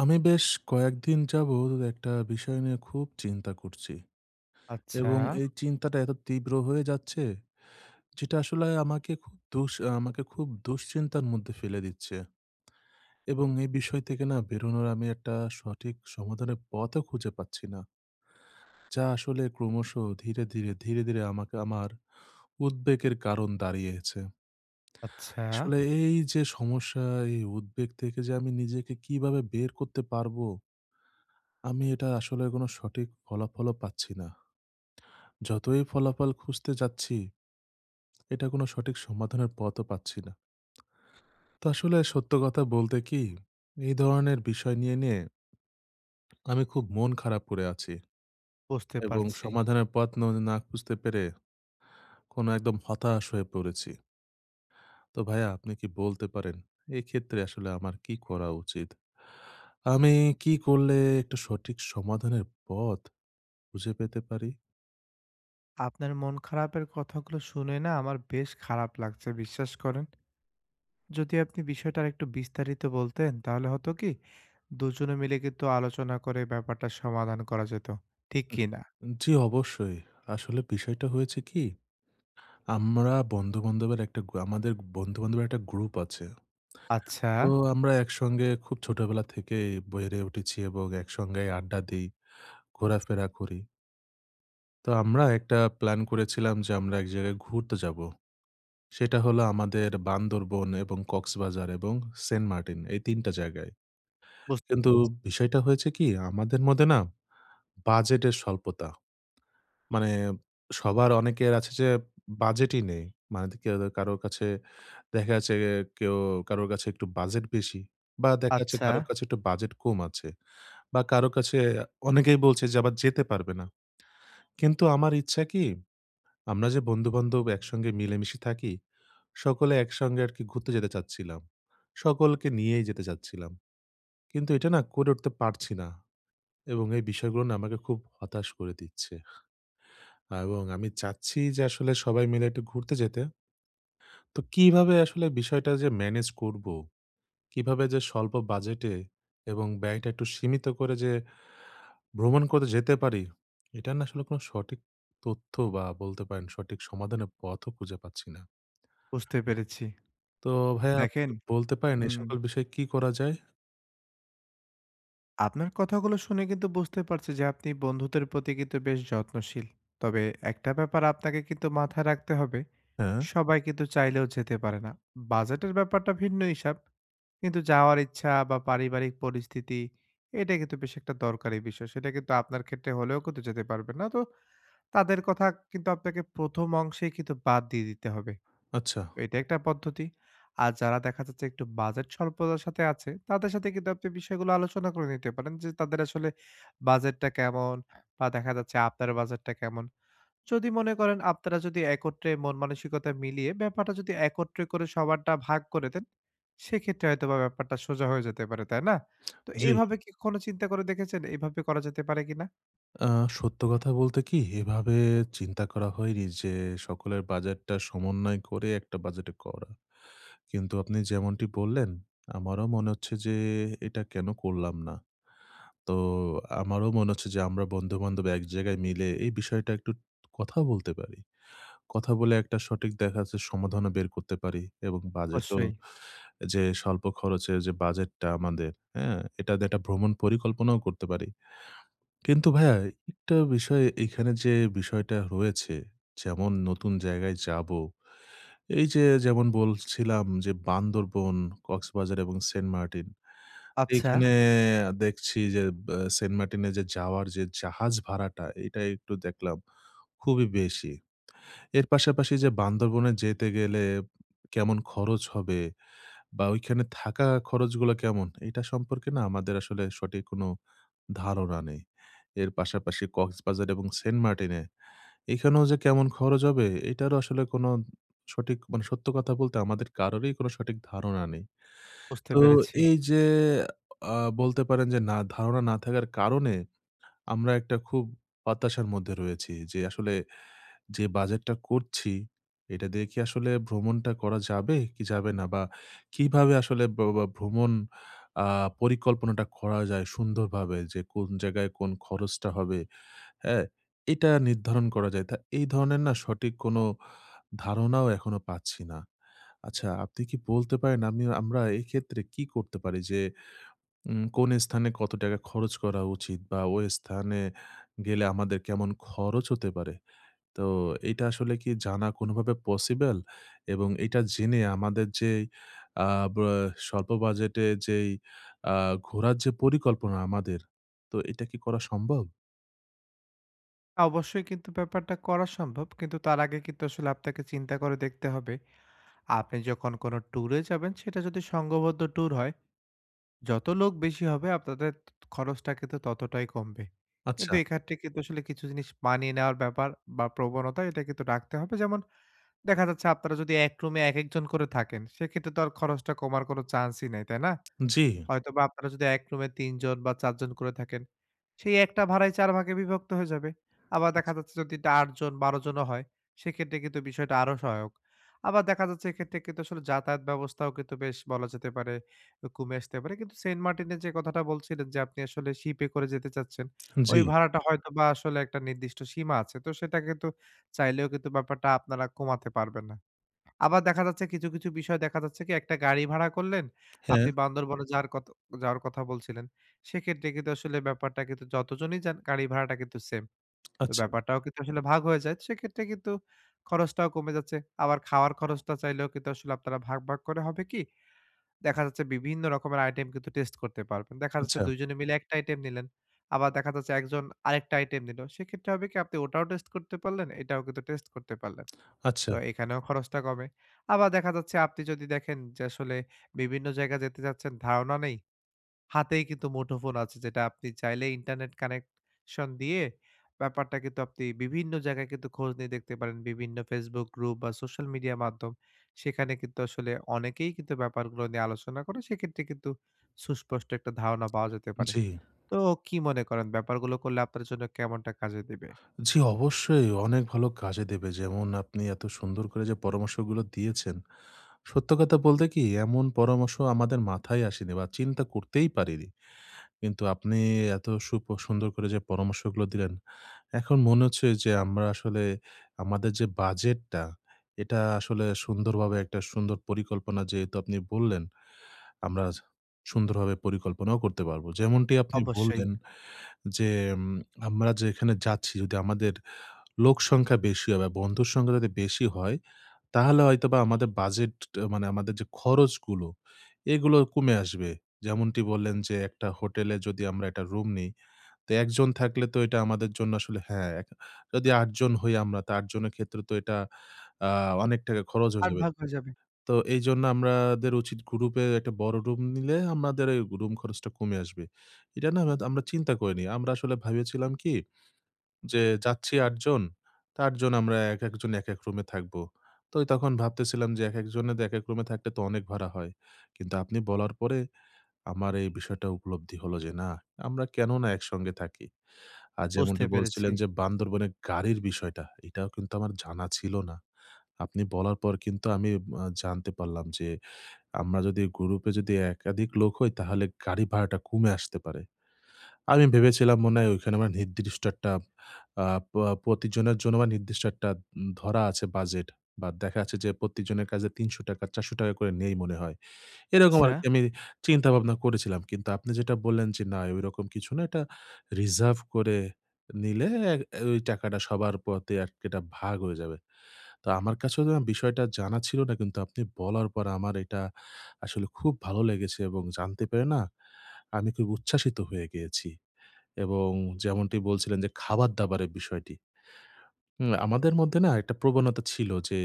আমি বেশ কয়েকদিন যাবৎ একটা বিষয় নিয়ে খুব চিন্তা করছি আচ্ছা, এবং এই চিন্তাটা এত তীব্র হয়ে যাচ্ছে, যেটা আসলে আমাকে খুব দুশ্চিন্তার মধ্যে ফেলে দিচ্ছে এবং এই বিষয় থেকে না বেরোনোর আমি একটা সঠিক সমাধানের পথও খুঁজে পাচ্ছি না, যা আসলে ক্রমশ ধীরে ধীরে আমাকে আমার উদ্বেগের কারণ দাঁড়িয়েছে। আচ্ছা। আসলে এই যে সমস্যা, এই উদ্বেগ থেকে যে আমি নিজেকে কিভাবে বের করতে পারবো, আমি এটা আসলে কোনো সঠিক ফলাফলও পাচ্ছি না। যতই ফলাফল খুঁজতে যাচ্ছি, এটা কোনো সঠিক সমাধানের পথও পাচ্ছি না। তো আসলে সত্য কথা বলতে কি, এই ধরনের বিষয় নিয়ে আমি খুব মন খারাপ করে আছি বুঝতে এবং পারছি। সমাধানের পথ না খুঁজতে পেরে কোনো একদম হতাশ হয়ে পড়েছি। তো ভাইয়া আপনি কি বলতে পারেন, এক্ষেত্রে আসলে আমার কি করা উচিত? আমি কি করলে একটা সঠিক সমাধানের পথ খুঁজে পেতে পারি? আপনার মন খারাপের কথাগুলো শুনে না আমার বেশ খারাপ লাগছে, বিশ্বাস করেন। যদি আপনি বিষয়টা আরেকটু বিস্তারিত বলতেন তাহলে হতো কি, দুজনে মিলে কিন্তু আলোচনা করে ব্যাপারটা সমাধান করা যেত। ঠিক কি না? জি, অবশ্যই। আসলে বিষয়টা হয়েছে কি, আমরা বন্ধু-বান্ধবের একটা গ্রু আমাদের বন্ধু-বান্ধবের একটা গ্রুপ আছে। আচ্ছা, তো আমরা একসঙ্গে খুব ছোটবেলা থেকেই বেড়ে উঠেছি এবং একসঙ্গে আড্ডা দেই, ঘোরাফেরা করি। তো আমরা একটা প্ল্যান করেছিলাম যে আমরা এক জায়গায় ঘুরতে যাবো। সেটা হলো আমাদের বান্দরবন এবং কক্সবাজার এবং সেন্ট মার্টিন, এই ৩ টা জায়গায়। বুঝতে কিন্তু পেরেছি। বিষয়টা হয়েছে কি, আমাদের মধ্যে না বাজেটের স্বল্পতা। মানে সবার অনেকের আছে যে বাজেটই নেই। মানে কেউ কারো কাছে দেখা যাচ্ছে কেউ কারোর কাছে একটু বাজেট বেশি বা দেখা যাচ্ছে আচ্ছা, কারো কাছে একটু বাজেট কম আছে, বা কারো কাছে অনেকেই বলছে যে আবার যেতে পারবে না। কিন্তু আমার ইচ্ছা কি, আমরা যে বন্ধু-বান্ধব একসঙ্গে মিলেমিশে থাকি, সকলে একসঙ্গে আরকি ঘুরতে যেতে চাচ্ছিলাম। সকলকে নিয়েই যেতে চাচ্ছিলাম। কিন্তু এটা না করে উঠতে পারছি না এবং এই বিষয়গুলো না আমাকে খুব হতাশ করে দিচ্ছে। এবং আমি চাচ্ছি যে আসলে সবাই মিলে একটু ঘুরতে যেতে। তো কিভাবে আসলে বিষয়টা যে ম্যানেজ করব? কিভাবে যে স্বল্প বাজেটে এবং ব্যয়টা একটু সীমিত করে যে ভ্রমণ করতে যেতে পারি, এটার না আসলে কোনো সঠিক তথ্য বা বলতে পারেন সঠিক সমাধানের পথও খুঁজে পাচ্ছি না। বুঝতে পেরেছি। তো ভাইয়া আপনি দেখেন কি বলতে পারেন এই হুম। সকল বিষয়ে কি করা যায়? আপনার কথাগুলো শুনে কিন্তু বুঝতে পারছি যে আপনি বন্ধুদের প্রতি কিন্তু বেশ যত্নশীল। তবে একটা ব্যাপার আপনাকে কিন্তু মাথায় রাখতে হবে, হ্যাঁ, সবাই কিন্তু চাইলেও যেতে পারে না। বাজেটের ব্যাপারটা ভিন্ন হিসাব। কিন্তু যাওয়ার ইচ্ছা বা পারিবারিক পরিস্থিতি এটা কিন্তু বেশ একটা দরকারি বিষয়। সেটা কিন্তু আপনার ক্ষেত্রে হলেও কিন্তু যেতে পারবেন না। তো তাদের কথা কিন্তু আপনাকে ১ম অংশেই কিন্তু বাদ দিয়ে দিতে হবে। আচ্ছা। এটা একটা পদ্ধতি। আর যারা দেখা যাচ্ছে একটু বাজেট স্বল্পতার সাথে আছে, তাদের সাথে কিন্তু আপনি বিষয়গুলো আলোচনা করে নিতে পারেন যে, তাদের আসলে বাজেটটা কেমন? বা দেখা যাচ্ছে আপনার বাজেটটা কেমন? যদি মনে করেন আপনারা যদি একত্রে মন মানসিকতা মিলিয়ে ব্যাপারটা যদি একত্রে করে সবারটা ভাগ করে দেন, সেক্ষেত্রে হয়তোবা ব্যাপারটা সোজা হয়ে যেতে পারে, তাই না? তো জি। এইভাবে কি কখনো চিন্তা করে দেখেছেন? এভাবে করা যেতে পারে কিনা? আ সত্য কথা বলতে কি, এভাবে চিন্তা করা হয়নি যে সকলের বাজেটটা সমন্বয় করে একটা বাজেটে করা। কিন্তু আপনি যেমনটি বললেন, আমারও মনে হচ্ছে যে এটা কেন করলাম না? তো আমারও মনে হচ্ছে যে আমরা বন্ধু-বান্ধব এক জায়গায় মিলে এই বিষয়টা একটু কথা বলতে পারি। কথা বলে একটা সঠিক দেখা যাচ্ছে সমাধানও বের করতে পারি এবং বাজেটও, অবশ্যই। যে স্বল্প খরচে যে বাজেটটা আমাদের, হ্যাঁ? এটা দিয়ে একটা ভ্রমণ পরিকল্পনাও করতে পারি। কিন্তু ভাইয়া একটা বিষয় এখানে যে বিষয়টা রয়েছে, যেমন নতুন জায়গায় যাবো। এই যে যেমন বলছিলাম যে বান্দরবন, কক্সবাজার এবং সেন্ট মার্টিন। আচ্ছা। এইখানে দেখছি যে সেন্ট মার্টিনে যে যাওয়ার যে জাহাজ ভাড়াটা, এটা একটু দেখলাম খুবই বেশি। এর পাশাপাশি যে বান্দরবনে যেতে গেলে কেমন খরচ হবে বা ওইখানে থাকা খরচগুলো কেমন? এটা সম্পর্কে না আমাদের আসলে সঠিক কোনো ধারণা নেই। এর পাশাপাশি কক্সবাজার এবং সেন্ট মার্টিনে, এখানেও যে কেমন খরচ হবে, এটারও আসলে কোনো সঠিক, মানে সত্য কথা বলতে আমাদের কারোরই কোনো সঠিক ধারণা নেই। বুঝতে তো পেরেছি। এই যে আ বলতে পারেন যে না, ধারণা না থাকার কারণে আমরা একটা খুব হতাশার মধ্যে রয়েছি যে আসলে যে বাজেটটা করছি, এটা দিয়ে কি আসলে ভ্রমণটা করা যাবে কি যাবে না? বা কিভাবে আসলে ব ব ভ্রমণ আ পরিকল্পনাটা করা যায় সুন্দরভাবে, যে কোন জায়গায় কোন খরচটা হবে, হ্যাঁ? এটা নির্ধারণ করা যায়। তা এই ধরনের না সঠিক কোনো ধারণাও এখনো পাচ্ছি না। আচ্ছা আপনি কি বলতে পারেন, আমি আমরা এক্ষেত্রে কি করতে পারি যে কোন স্থানে কত টাকা খরচ করা উচিত, বা ওই স্থানে গেলে আমাদের কেমন খরচ হতে পারে? তো এটা আসলে কি জানা কোনোভাবে পসিবল? এবং এটা জেনে আমাদের যেই আ ব্য স্বল্প বাজেটে যেই আ ঘোরার যে পরিকল্পনা আমাদের, তো এটা কি করা সম্ভব? অবশ্যই কিন্তু ব্যাপারটা করা সম্ভব। কিন্তু তার আগে কিন্তু আসলে আপনাকে চিন্তা করে দেখতে হবে। আপনি যখন কোনো ট্যুরে যাবেন সেটা যদি সংঘবদ্ধ ট্যুর হয়, যত লোক বেশি হবে আপনাদের খরচটা কিন্তু ততটাই কমবে। আচ্ছা, কিন্তু এক্ষেত্রে কিন্তু আসলে কিছু জিনিস মানিয়ে নেওয়ার ব্যাপার বা প্রবণতা এটা কিন্তু রাখতে হবে। যেমন দেখা যাচ্ছে আপনারা যদি এক রুমে একেকজন করে থাকেন, সেক্ষেত্রে তো আর খরচটা কমার কোনো চান্সই নাই, তাই না? জি, হয়তোবা আপনারা যদি এক রুমে ৩ জন বা ৪ জন করে থাকেন সেই একটা ভাড়াই ৪ ভাগে বিভক্ত হয়ে যাবে। আবার দেখা আচ্ছা, যাচ্ছে যদি এটা ৮ জন ১২ জনও হয়, সেক্ষেত্রে কিন্তু বিষয়টা আরো সহায়ক। আবার দেখা যাচ্ছে এক্ষেত্রে কিন্তু আসলে যাতায়াত ব্যবস্থাও কিন্তু বেশ বলা যেতে পারে কমে আসতে পারে। কিন্তু সেন্ট মার্টিনের যে কথাটা বলছিলেন যে আপনি আসলে শিপে করে যেতে চাচ্ছেন, জি, ওই ভাড়াটা হয়তোবা আসলে একটা নির্দিষ্ট সীমা আছে। তো সেটা কিন্তু চাইলেও কিন্তু ব্যাপারটা আপনারা কমাতে পারবেন না। আবার দেখা যাচ্ছে কিছু বিষয় দেখা যাচ্ছে কি একটা গাড়ি ভাড়া করলেন, হ্যাঁ, আপনি বান্দরবনে যাওয়ার যাওয়ার কথা বলছিলেন। সেক্ষেত্রে কিন্তু আসলে ব্যাপারটা কিন্তু যতজনই যান গাড়ি ভাড়াটা কিন্তু সেম। তো আচ্ছা, ব্যাপারটাও কিন্তু আসলে ভাগ হয়ে যায়। সেক্ষেত্রে কিন্তু খরচটাও কমে যাচ্ছে। আবার খাওয়ার খরচটা চাইলেও কিন্তু আসলে আপনারা ভাগ করে হবে কি? দেখা যাচ্ছে বিভিন্ন রকমের আইটেম কিন্তু টেস্ট করতে পারবেন। দেখা যাচ্ছে আচ্ছা, ২ জনে মিলে একটা আইটেম নিলেন। আবার দেখা যাচ্ছে একজন আরেকটা আইটেম নিল। সেক্ষেত্রে হবে কি আপনি ওটাও টেস্ট করতে পারলেন, এটাও কিন্তু টেস্ট করতে পারলেন। আচ্ছা, তো এখানেও খরচটা কমে। আবার দেখা যাচ্ছে আপনি যদি দেখেন যে আসলে বিভিন্ন জায়গা যেতে চাচ্ছেন ধারণা নেই, হাতেই কিন্তু মুঠোফোন আছে যেটা আপনি চাইলে ইন্টারনেট কানেকশন দিয়ে ব্যাপারটা কিন্তু আপনি বিভিন্ন জায়গায় কিন্তু খোঁজ নিয়ে দেখতে পারেন। বিভিন্ন Facebook গ্রুপ বা সোশ্যাল মিডিয়া মাধ্যম। সেখানে কিন্তু আসলে অনেকেই কিন্তু ব্যাপারগুলো নিয়ে আলোচনা করে। সেক্ষেত্রে কিন্তু সুস্পষ্ট একটা ধারণা পাওয়া যেতে পারে। জি। তো কি মনে করেন ব্যাপারগুলো করলে আপনার জন্য কেমনটা কাজে দিবে? জি, অবশ্যই অনেক ভালো কাজে দেবে। যেমন আপনি এত সুন্দর করে যে পরামর্শগুলো দিয়েছেন। সত্য কথা বলতে কি, এমন পরামর্শ আমাদের মাথায় আসেনি বা চিন্তা করতেই পারিনি। কিন্তু আপনি এত সুন্দর করে যে পরামর্শগুলো দিলেন, এখন মনে হচ্ছে যে আমরা আসলে আমাদের যে বাজেটটা, এটা আসলে সুন্দরভাবে একটা সুন্দর পরিকল্পনা, যেহেতু আপনি বললেন, আমরা সুন্দরভাবে পরিকল্পনাও করতে পারবো। যেমনটি আপনি অবশ্যই। বললেন যে, উম আমরা যেখানে যাচ্ছি, যদি আমাদের লোক সংখ্যা বেশি হয় বা বন্ধুর সংখ্যা যদি বেশি হয়, তাহলে হয়তোবা আমাদের বাজেট, মানে আমাদের যে খরচগুলো, এগুলো কমে আসবে। যেমনটি বললেন যে একটা হোটেলে যদি আমরা একটা রুম নিই, তো একজন থাকলে তো এটা আমাদের জন্য আসলে হ্যাঁ, এক, যদি ৮ জন হই আমরা, তো ৮ জনের ক্ষেত্রে তো এটা আ অনেক টাকা খরচ হয়ে ৮ যাবে। ভাগ হয়ে যাবে। তো এইজন্য আমাদের উচিত গ্রুপে একটা বড় রুম নিলে আমাদের এই রুম খরচটা কমে আসবে। এটা না আমরা আমরা চিন্তা করিনি। আমরা আসলে ভেবেছিলাম কি, যে যাচ্ছি ৮ জন, তো ৮ জন আমরা এক একজন এক এক রুমে থাকবো। তো তখন ভাবতেছিলাম যে এক একজনের এক এক রুমে থাকলে তো অনেক ভাড়া হয়। কিন্তু আপনি বলার পরে আমার এই বিষয়টা উপলব্ধি হলো যে না, আমরা কেন না একসঙ্গে থাকি। আর বুঝতে যেমনটি পেরেছি। বলছিলেন যে বান্দরবনে গাড়ির বিষয়টা, এটাও কিন্তু আমার জানা ছিল না। আপনি বলার পর কিন্তু আমি জানতে পারলাম যে আমরা যদি গ্রুপে যদি একাধিক লোক হই তাহলে গাড়ি ভাড়াটা কমে আসতে পারে। আমি ভেবেছিলাম মনে হয় ওইখানে আমার নির্দিষ্ট একটা আ প প্রতিজনের জন্য আমার নির্দিষ্ট একটা ধরা আছে বাজেট, বা দেখা যাচ্ছে যে প্রত্যেকজনের কাছে ৳৩০০ ৳৪০০ করে নেই মনে হয়। এরকম আচ্ছা। আরকি আমি চিন্তা ভাবনা করেছিলাম। কিন্তু আপনি যেটা বললেন যে না, ওইরকম কিছু না, এটা রিজার্ভ করে নিলে ওই টাকাটা সবার পথে আরকি এটা ভাগ হয়ে যাবে। তো আমার কাছেও না বিষয়টা জানা ছিল না, কিন্তু আপনি বলার পর আমার এটা আসলে খুব ভালো লেগেছে এবং জানতে পেরে না আমি খুব উচ্ছ্বাসিত হয়ে গিয়েছি। এবং যেমনটি বলছিলেন যে খাবার-দাবারের বিষয়টি। আমাদের মধ্যে না একটা প্রবণতা ছিল যে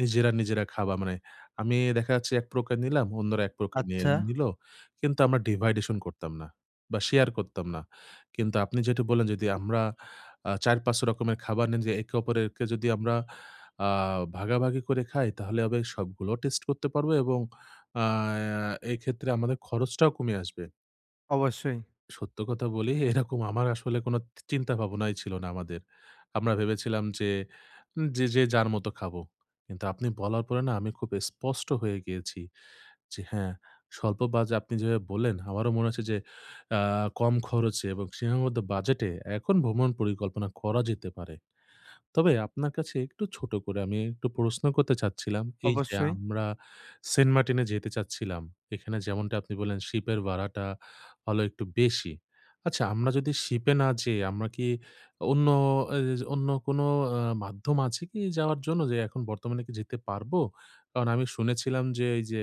নিজেরা, নিজেরা খাওয়া, মানে আমি দেখা যাচ্ছে এক প্রকার নিলাম, অন্যরা এক প্রকার নিয়ে আচ্ছা, নিল। কিন্তু আমরা ডিভাইডেশন করতাম না বা শেয়ার করতাম না। কিন্তু আপনি যেটা বললেন, যদি আমরা ৪-৫ রকমের খাবার নিয়ে যে একে অপরেরকে যদি আমরা আ ভাগাভাগি করে খাই, তাহলে হবে সবগুলো টেস্ট করতে পারবো এবং আ এক্ষেত্রে আমাদের খরচটাও কমে আসবে। অবশ্যই, সত্য কথা বলি, এরকম আমার আসলে কোনো চিন্তা ভাবনাই ছিল না আমাদের। আমরা ভেবেছিলাম যে, যে, যে, যার মতো খাবো। কিন্তু আপনি বলার পরে না আমি খুব স্পষ্ট হয়ে গিয়েছি যে হ্যাঁ, স্বল্প আপনি যেভাবে বললেন আমারও মনে হচ্ছে যে আ কম খরচে এবং সীমাবদ্ধ বাজেটে এখন ভ্রমণ পরিকল্পনা করা যেতে পারে। তবে আপনার কাছে একটু ছোট করে আমি একটু প্রশ্ন করতে চাচ্ছিলাম। এই যে অবশ্যই। আমরা সেন্ট মার্টিনে যেতে চাচ্ছিলাম। এখানে যেমনটা আপনি বললেন শিপের ভাড়াটা হলো একটু বেশি। আচ্ছা আমরা যদি শিপে না যেয়ে আমরা কি অন্য এ অন্য কোনো আ মাধ্যম আছে কি যাওয়ার জন্য, যে এখন বর্তমানে কি যেতে পারবো? কারণ আমি শুনেছিলাম যে এই যে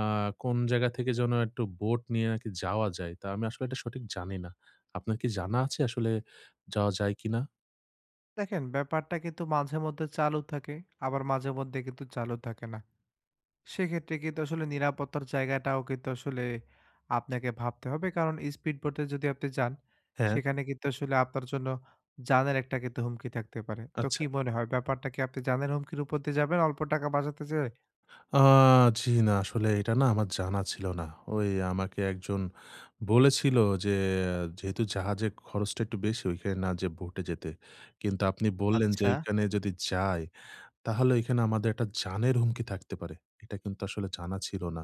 আ কোন জায়গা থেকে যেন একটু বোট নিয়ে নাকি যাওয়া যায়। তা আমি আসলে এটা সঠিক জানি না। আপনার কি জানা আছে আসলে যাওয়া যায় কিনা? দেখেন ব্যাপারটা কিন্তু মাঝে মধ্যে চালু থাকে, আবার মাঝে মধ্যে কিন্তু চালু থাকে না। সেক্ষেত্রে কিন্তু আসলে নিরাপত্তার জায়গাটাও কিন্তু আসলে আপনাকে ভাবতে হবে। কারণ স্পিড বোটে যদি আপনি যান, হ্যাঁ, সেখানে কিন্তু আসলে আপনার জন্য জানের একটা কিন্তু হুমকি থাকতে পারে। তো আচ্ছা। কি মনে হয় ব্যাপারটা কি আপনি জানের হুমকির উপর দিয়ে যাবেন অল্প টাকা বাঁচাতে চেয়ে? আ জি না, আসলে এটা না আমার জানা ছিল না। ওই আমাকে একজন বলেছিল যে, যেহেতু জাহাজে খরচটা একটু বেশি ওইখানে না যেয়ে বোটে যেতে। কিন্তু আপনি বললেন যে আচ্ছা, ওইখানে যদি যাই, তাহলে ওইখানে আমাদের একটা জানের হুমকি থাকতে পারে। এটা কিন্তু আসলে জানা ছিল না।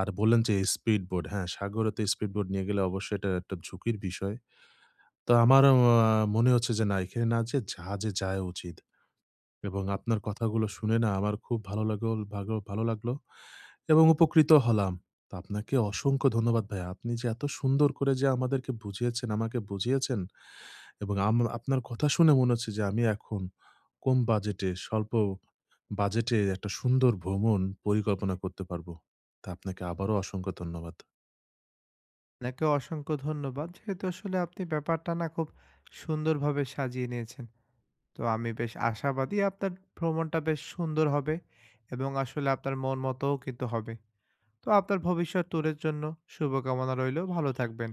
আর বললেন যে স্পিড বোট, হ্যাঁ সাগরে তো স্পিড বোট নিয়ে গেলে অবশ্যই এটা একটা ঝুঁকির বিষয়। তো আমার মনে হচ্ছে যে না, এখানে না যেয়ে জাহাজে যাওয়া উচিত। এবং আপনার কথাগুলো শুনে না আমার খুব ভালো লাগলো এবং উপকৃত হলাম। তো আপনাকে অসংখ্য ধন্যবাদ ভাইয়া। আপনি যে এত সুন্দর করে যে আমাদেরকে বুঝিয়েছেন, আমাকে বুঝিয়েছেন এবং আপনার কথা শুনে মনে হচ্ছে যে আমি এখন কম বাজেটে, স্বল্প বাজেটে একটা সুন্দর ভ্রমণ পরিকল্পনা করতে পারবো। তো আপনাকে আবারও অসংখ্য ধন্যবাদ। আপনাকে অসংখ্য ধন্যবাদ। যেহেতু আসলে আপনি ব্যাপারটা না খুব সুন্দরভাবে সাজিয়ে নিয়েছেন। তো আমি বেশ আশাবাদী আপনার ভ্রমণটা বেশ সুন্দর হবে এবং আসলে আপনার মন মতোও কিন্তু হবে। তো আপনার ভবিষ্যৎ ট্যুরের জন্য শুভকামনা রইলো। ভালো থাকবেন।